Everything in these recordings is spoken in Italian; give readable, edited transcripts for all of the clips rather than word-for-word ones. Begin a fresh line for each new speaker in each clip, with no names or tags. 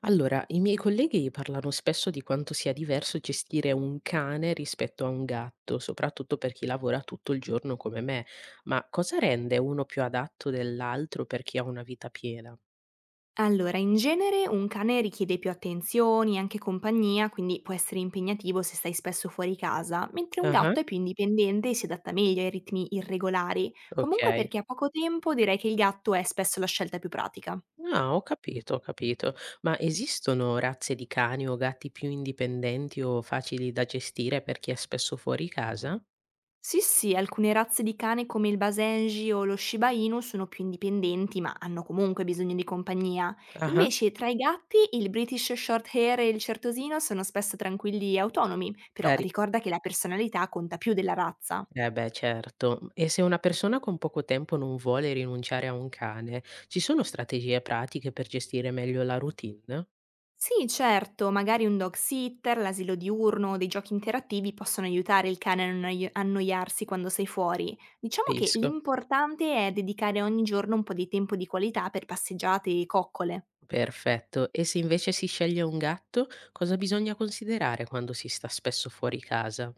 Allora, i miei colleghi parlano spesso di quanto sia diverso gestire un cane rispetto a un gatto, soprattutto per chi lavora tutto il giorno come me. Ma cosa rende uno più adatto dell'altro per chi ha una vita piena?
Allora, in genere un cane richiede più attenzioni, anche compagnia, quindi può essere impegnativo se stai spesso fuori casa, mentre un
Ah,
gatto è più indipendente e si adatta meglio ai ritmi irregolari. Comunque
ok.
perché ha poco tempo direi che il gatto è spesso la scelta più pratica.
Ah, ho capito, ho capito. Ma esistono razze di cani o gatti più indipendenti o facili da gestire per chi è spesso fuori casa?
Sì, sì, alcune razze di cane come il Basenji o lo Shiba Inu sono più indipendenti, ma hanno comunque bisogno di compagnia.
Ah,
Invece, tra i gatti, il British Shorthair e il Certosino sono spesso tranquilli e autonomi, però ricorda che la personalità conta più della razza.
Eh beh, certo. E se una persona con poco tempo non vuole rinunciare a un cane, ci sono strategie pratiche per gestire meglio la routine?
Sì, certo, magari un dog sitter, l'asilo diurno o dei giochi interattivi possono aiutare il cane a non annoiarsi quando sei fuori. Diciamo che
Capisco.
l'importante è dedicare ogni giorno un po' di tempo di qualità per passeggiate e coccole.
Perfetto. E se invece si sceglie un gatto, cosa bisogna considerare quando si sta spesso fuori casa?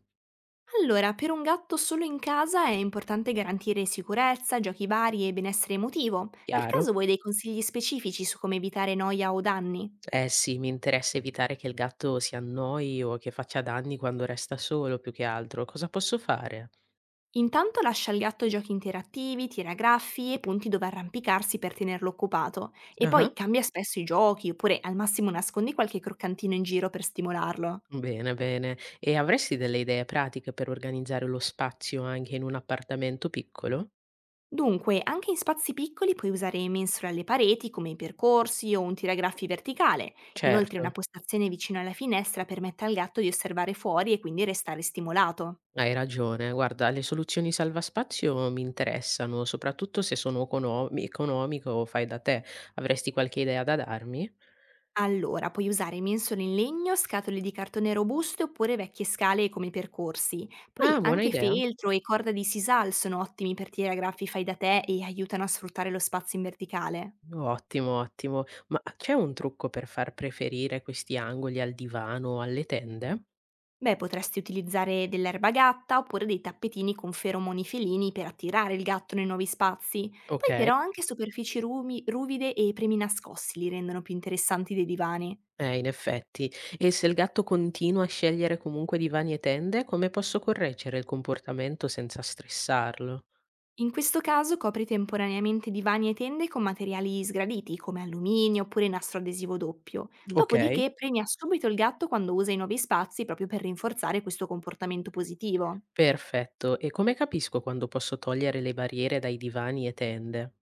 Allora, per un gatto solo in casa è importante garantire sicurezza, giochi vari e benessere emotivo. Per caso
Chiaro?
vuoi dei consigli specifici su come evitare noia o danni?
Eh sì, mi interessa evitare che il gatto si annoi o che faccia danni quando resta solo, più che altro. Cosa posso fare?
Intanto lascia al gatto giochi interattivi, tiragraffi e punti dove arrampicarsi per tenerlo occupato e
Ah,
poi cambia spesso i giochi oppure al massimo nascondi qualche croccantino in giro per stimolarlo.
Bene, bene. E avresti delle idee pratiche per organizzare lo spazio anche in un appartamento piccolo?
Dunque, anche in spazi piccoli puoi usare mensole alle pareti come i percorsi o un tiragraffi verticale. Inoltre
Certo,
una postazione vicino alla finestra permette al gatto di osservare fuori e quindi restare stimolato.
hai ragione. Guarda, le soluzioni salvaspazio mi interessano, soprattutto se sono economiche o fai da te. Avresti qualche idea da darmi?
Allora, puoi usare mensole in legno, scatole di cartone robuste oppure vecchie scale come percorsi. Poi
Ah, buona
anche
idea.
feltro e corda di sisal sono ottimi per tiragraffi fai da te e aiutano a sfruttare lo spazio in verticale.
Ottimo, ottimo. Ma c'è un trucco per far preferire questi angoli al divano o alle tende?
Beh, potresti utilizzare dell'erba gatta oppure dei tappetini con feromoni felini per attirare il gatto nei nuovi spazi.
Ok,
Poi però anche superfici ruvide e premi nascosti li rendono più interessanti dei divani.
in effetti. E se il gatto continua a scegliere comunque divani e tende, come posso correggere il comportamento senza stressarlo?
In questo caso copri temporaneamente divani e tende con materiali sgraditi come alluminio oppure nastro adesivo doppio.
Ok.
Dopodiché premia subito il gatto quando usa i nuovi spazi proprio per rinforzare questo comportamento positivo.
Perfetto. E come capisco quando posso togliere le barriere dai divani e tende?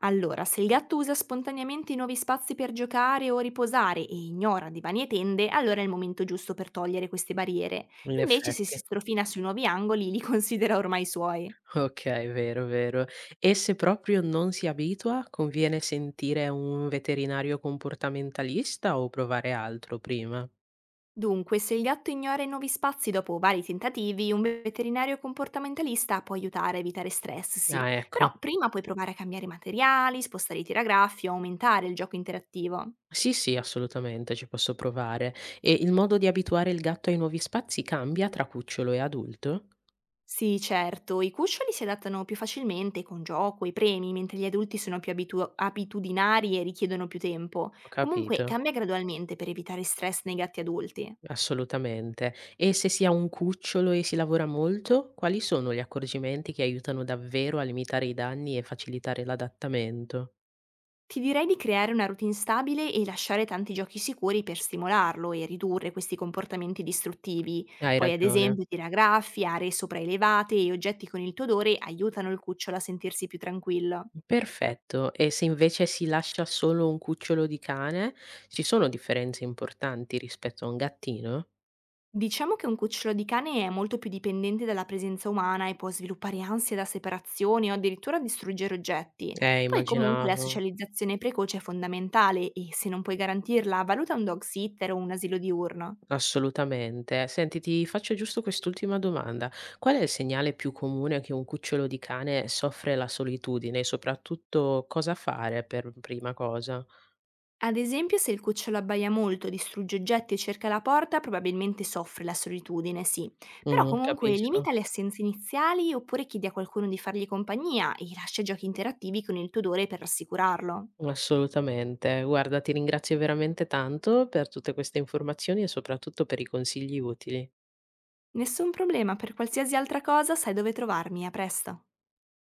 Allora, se il gatto usa spontaneamente i nuovi spazi per giocare o riposare e ignora divani e tende, allora è il momento giusto per togliere queste barriere.
In
Invece se si
effetti.
strofina sui nuovi angoli, li considera ormai suoi.
Okay, vero, vero. E se proprio non si abitua, conviene sentire un veterinario comportamentalista o provare altro prima?
Dunque, se il gatto ignora i nuovi spazi dopo vari tentativi, un veterinario comportamentalista può aiutare a evitare stress, sì.
Ah, ecco.
Però prima puoi provare a cambiare materiali, spostare i tiragraffi o aumentare il gioco interattivo.
Sì, sì, assolutamente, ci posso provare. E il modo di abituare il gatto ai nuovi spazi cambia tra cucciolo e adulto?
Sì, certo, i cuccioli si adattano più facilmente con gioco e premi, mentre gli adulti sono più abitudinari e richiedono più tempo.
Ho
Comunque,
capito.
cambia gradualmente per evitare stress nei gatti adulti.
Assolutamente. E se si ha un cucciolo e si lavora molto, quali sono gli accorgimenti che aiutano davvero a limitare i danni e facilitare l'adattamento?
Ti direi di creare una routine stabile e lasciare tanti giochi sicuri per stimolarlo e ridurre questi comportamenti distruttivi.
Hai
Poi, ad
ragione.
esempio, tiragraffi, aree sopraelevate e oggetti con il tuo odore aiutano il cucciolo a sentirsi più tranquillo.
Perfetto. E se invece si lascia solo un cucciolo di cane, ci sono differenze importanti rispetto a un gattino?
Diciamo che un cucciolo di cane è molto più dipendente dalla presenza umana e può sviluppare ansia da separazione o addirittura distruggere oggetti. Poi comunque la
Immaginavo.
socializzazione precoce è fondamentale e se non puoi garantirla, valuta un dog sitter o un asilo diurno.
Assolutamente. Senti, ti faccio giusto quest'ultima domanda. Qual è il segnale più comune che un cucciolo di cane soffre la solitudine e soprattutto cosa fare per prima cosa?
Ad esempio, se il cucciolo abbaia molto, distrugge oggetti o cerca la porta, probabilmente soffre la solitudine, sì. Però comunque
Capisco.
limita le assenze iniziali oppure chiedi a qualcuno di fargli compagnia e lascia giochi interattivi con il tuo odore per rassicurarlo.
Assolutamente. Guarda, ti ringrazio veramente tanto per tutte queste informazioni e soprattutto per i consigli utili.
Nessun problema, per qualsiasi altra cosa sai dove trovarmi, a presto.